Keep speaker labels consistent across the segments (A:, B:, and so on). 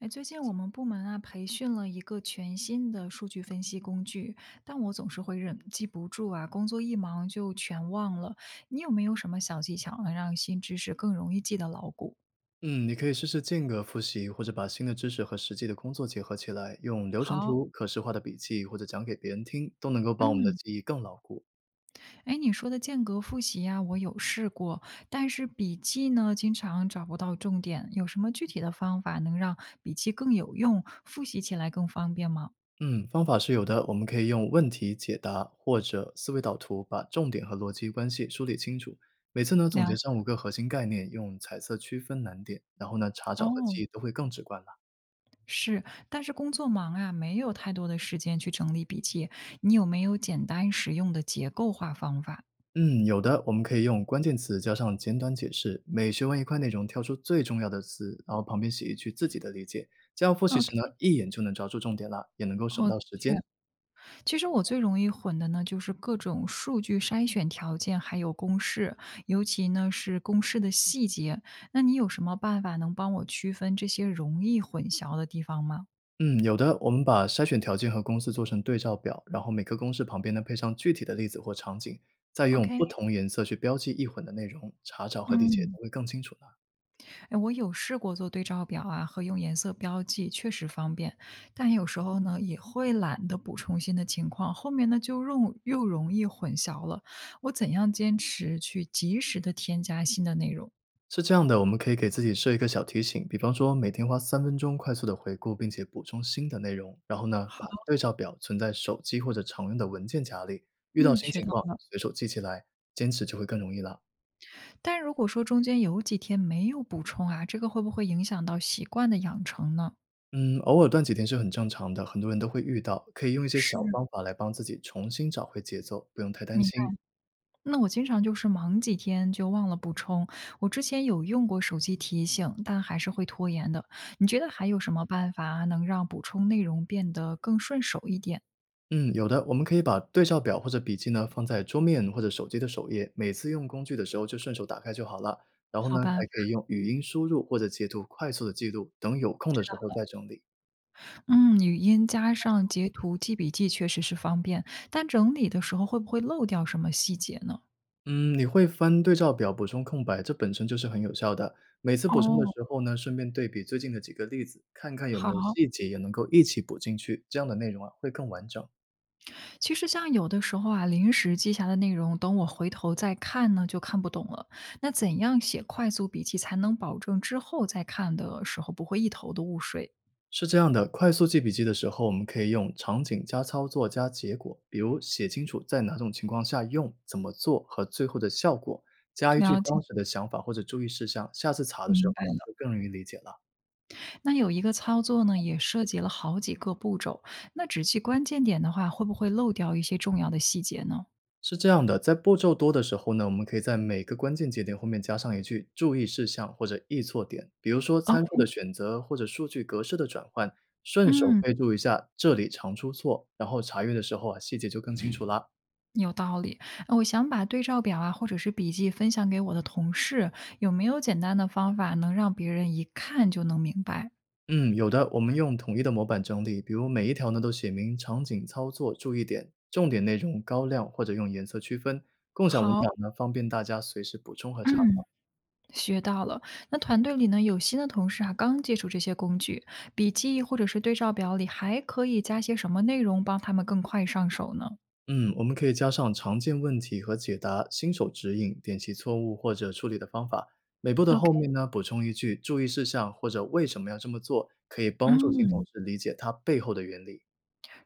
A: 哎，最近我们部门啊培训了一个全新的数据分析工具，但我总是会忍记不住啊，工作一忙就全忘了。你有没有什么小技巧能让新知识更容易记得牢固？
B: 嗯，你可以试试间隔复习，或者把新的知识和实际的工作结合起来，用流程
A: 好，
B: 图、可视化的笔记或者讲给别人听，都能够帮我们的
A: 嗯，
B: 记忆更牢固。
A: 哎，你说的间隔复习呀，我有试过，但是笔记呢，经常找不到重点。有什么具体的方法能让笔记更有用，复习起来更方便吗？
B: 嗯，方法是有的，我们可以用问题解答或者思维导图，把重点和逻辑关系梳理清楚。每次呢，总结
A: 了解
B: 上5个核心概念，用彩色区分难点，然后呢，查找和
A: 哦。
B: 记忆都会更直观了。
A: 是，但是工作忙啊，没有太多的时间去整理笔记。你有没有简单实用的结构化方法？
B: 嗯，有的，我们可以用关键词加上简短解释，每学完一块内容，挑出最重要的词，然后旁边写一句自己的理解。这样复习时呢，
A: OK，
B: 一眼就能抓住重点了，也能够省
A: 哦，的
B: 到时间。
A: 确，其实我最容易混的呢，就是各种数据筛选条件，还有公式，尤其呢是公式的细节。那你有什么办法能帮我区分这些容易混淆的地方吗？
B: 嗯，有的，我们把筛选条件和公式做成对照表，然后每个公式旁边呢配上具体的例子或场景，再用
A: OK，
B: 不
A: 嗯。
B: 同颜色去标记易混的内容，查找和理解
A: 嗯
B: 都会更清楚呢。
A: 哎，我有试过做对照表啊，和用颜色标记，确实方便，但有时候呢也会懒得补充新的情况，后面呢就容易混淆了。我怎样坚持去及时的添加新的内容？
B: 是这样的，我们可以给自己设一个小提醒，比方说每天花3分钟快速的回顾，并且补充新的内容。然后呢，把对照表存在手机或者常用的文件夹里，遇到
A: 嗯，
B: 新
A: 学
B: 情
A: 到
B: 况
A: 了。
B: 随手记起来，坚持就会更容易了。
A: 但如果说中间有几天没有补充啊，这个会不会影响到习惯的养成呢？
B: 嗯，偶尔断几天是很正常的，很多人都会遇到，可以用一些
A: 是，
B: 小方法来帮自己重新找回节奏，不用太担
A: 明
B: 心。
A: 那我经常就是忙几天就忘了补充。我之前有用过手机提醒，但还是会拖延的。你觉得还有什么办法能让补充内容变得更顺手一点？
B: 嗯，有的，我们可以把对照表或者笔记呢放在桌面或者手机的首页，每次用工具的时候就顺手打开就好了。然后
A: 好
B: 呢，
A: 吧，
B: 还可以用语音输入或者截图快速的记录，等有空的时候再整理。
A: 嗯，语音加上截图记笔记确实是方便，但整理的时候会不会漏掉什么细节呢？
B: 嗯，你会翻对照表补充空白，这本身就是很有效的。每次补充的
A: 哦，
B: 时候呢，顺便对比最近的几个例子，看看有没
A: 好。
B: 有细节也能够一起补进去，这样的内容啊会更完整。
A: 其实像有的时候啊，临时记下的内容，等我回头再看呢，就看不懂了。那怎样写快速笔记才能保证之后再看的时候不会一头的雾水？
B: 是这样的，快速记笔记的时候，我们可以用场景加操作加结果，比如写清楚在哪种情况下用、怎么做和最后的效果，加一句
A: 了
B: 当
A: 解，
B: 时的想法或者注意事项，下次查的时候
A: 明
B: 啊
A: 白了。
B: 就更容易理解了。
A: 那有一个操作呢，也涉及了好几个步骤。那只记关键点的话，会不会漏掉一些重要的细节呢
B: 是这样的，在步骤多的时候呢，我们可以在每个关键节点后面加上一句注意事项或者易错点，比如说参数
A: ？OK,
B: 的选择或者数据格式的转换，顺手
A: 嗯，
B: 备注一下这里常出错，然后查阅的时候啊细节就更清楚啦。
A: 有道理。我想把对照表啊，或者是笔记分享给我的同事，有没有简单的方法能让别人一看就能明白？
B: 嗯，有的，我们用统一的模板整理，比如每一条呢都写明场景、操作、注意点、重点内容、高亮或者用颜色区分。共享文
A: 好，
B: 档呢，方便大家随时补充和查找。
A: 嗯。学到了。那团队里呢，有新的同事啊，刚接触这些工具，笔记或者是对照表里还可以加些什么内容，帮他们更快上手呢
B: 嗯，我们可以加上常见问题和解答、新手指引、点击错误或者处理的方法。每步的
A: ？OK,
B: 后面呢，补充一句注意事项或者为什么要这么做，可以帮助新同
A: 嗯，
B: 事理解它背后的原理。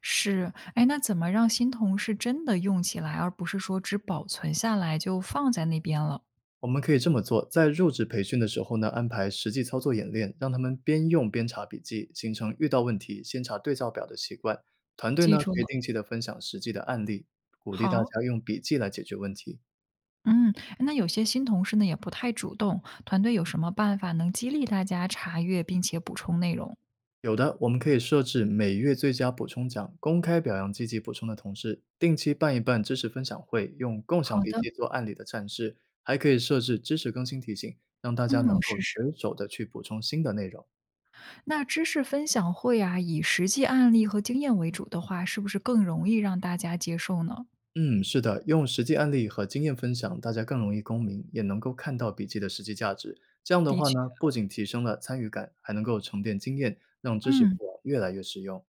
A: 是。哎，那怎么让新同事真的用起来，而不是说只保存下来就放在那边了？
B: 我们可以这么做，在入职培训的时候呢，安排实际操作演练，让他们边用边查笔记，形成遇到问题先查对照表的习惯。团队
A: 记
B: 呢，
A: 住
B: 可以
A: 了，
B: 定期的分享实际的案例，鼓励大
A: 好。
B: 家用笔记来解决问题。
A: 嗯，那有些新同事呢也不太主动，团队有什么办法能激励大家查阅并且补充内容？
B: 有的，我们可以设置每月最佳补充奖，公开表扬积极补充的同事；定期办一办知识分享会，用共享
A: 好
B: 笔
A: 的，
B: 记做案例的展示；还可以设置知识更新提醒，让大家
A: 嗯，
B: 能
A: 我
B: 够
A: 试试。
B: 随手的去补充新的内容。
A: 那知识分享会啊，以实际案例和经验为主的话，是不是更容易让大家接受呢？
B: 嗯，是的，用实际案例和经验分享，大家更容易共鸣，也能够看到笔记的实际价值。这样的
A: 的
B: 话
A: 确，
B: 呢，不仅提升了参与感，还能够沉淀经验，让知识
A: 嗯
B: 库啊越来越实用。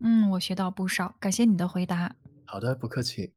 A: 嗯，我学到不少，感谢你的回答。
B: 好的，不客气。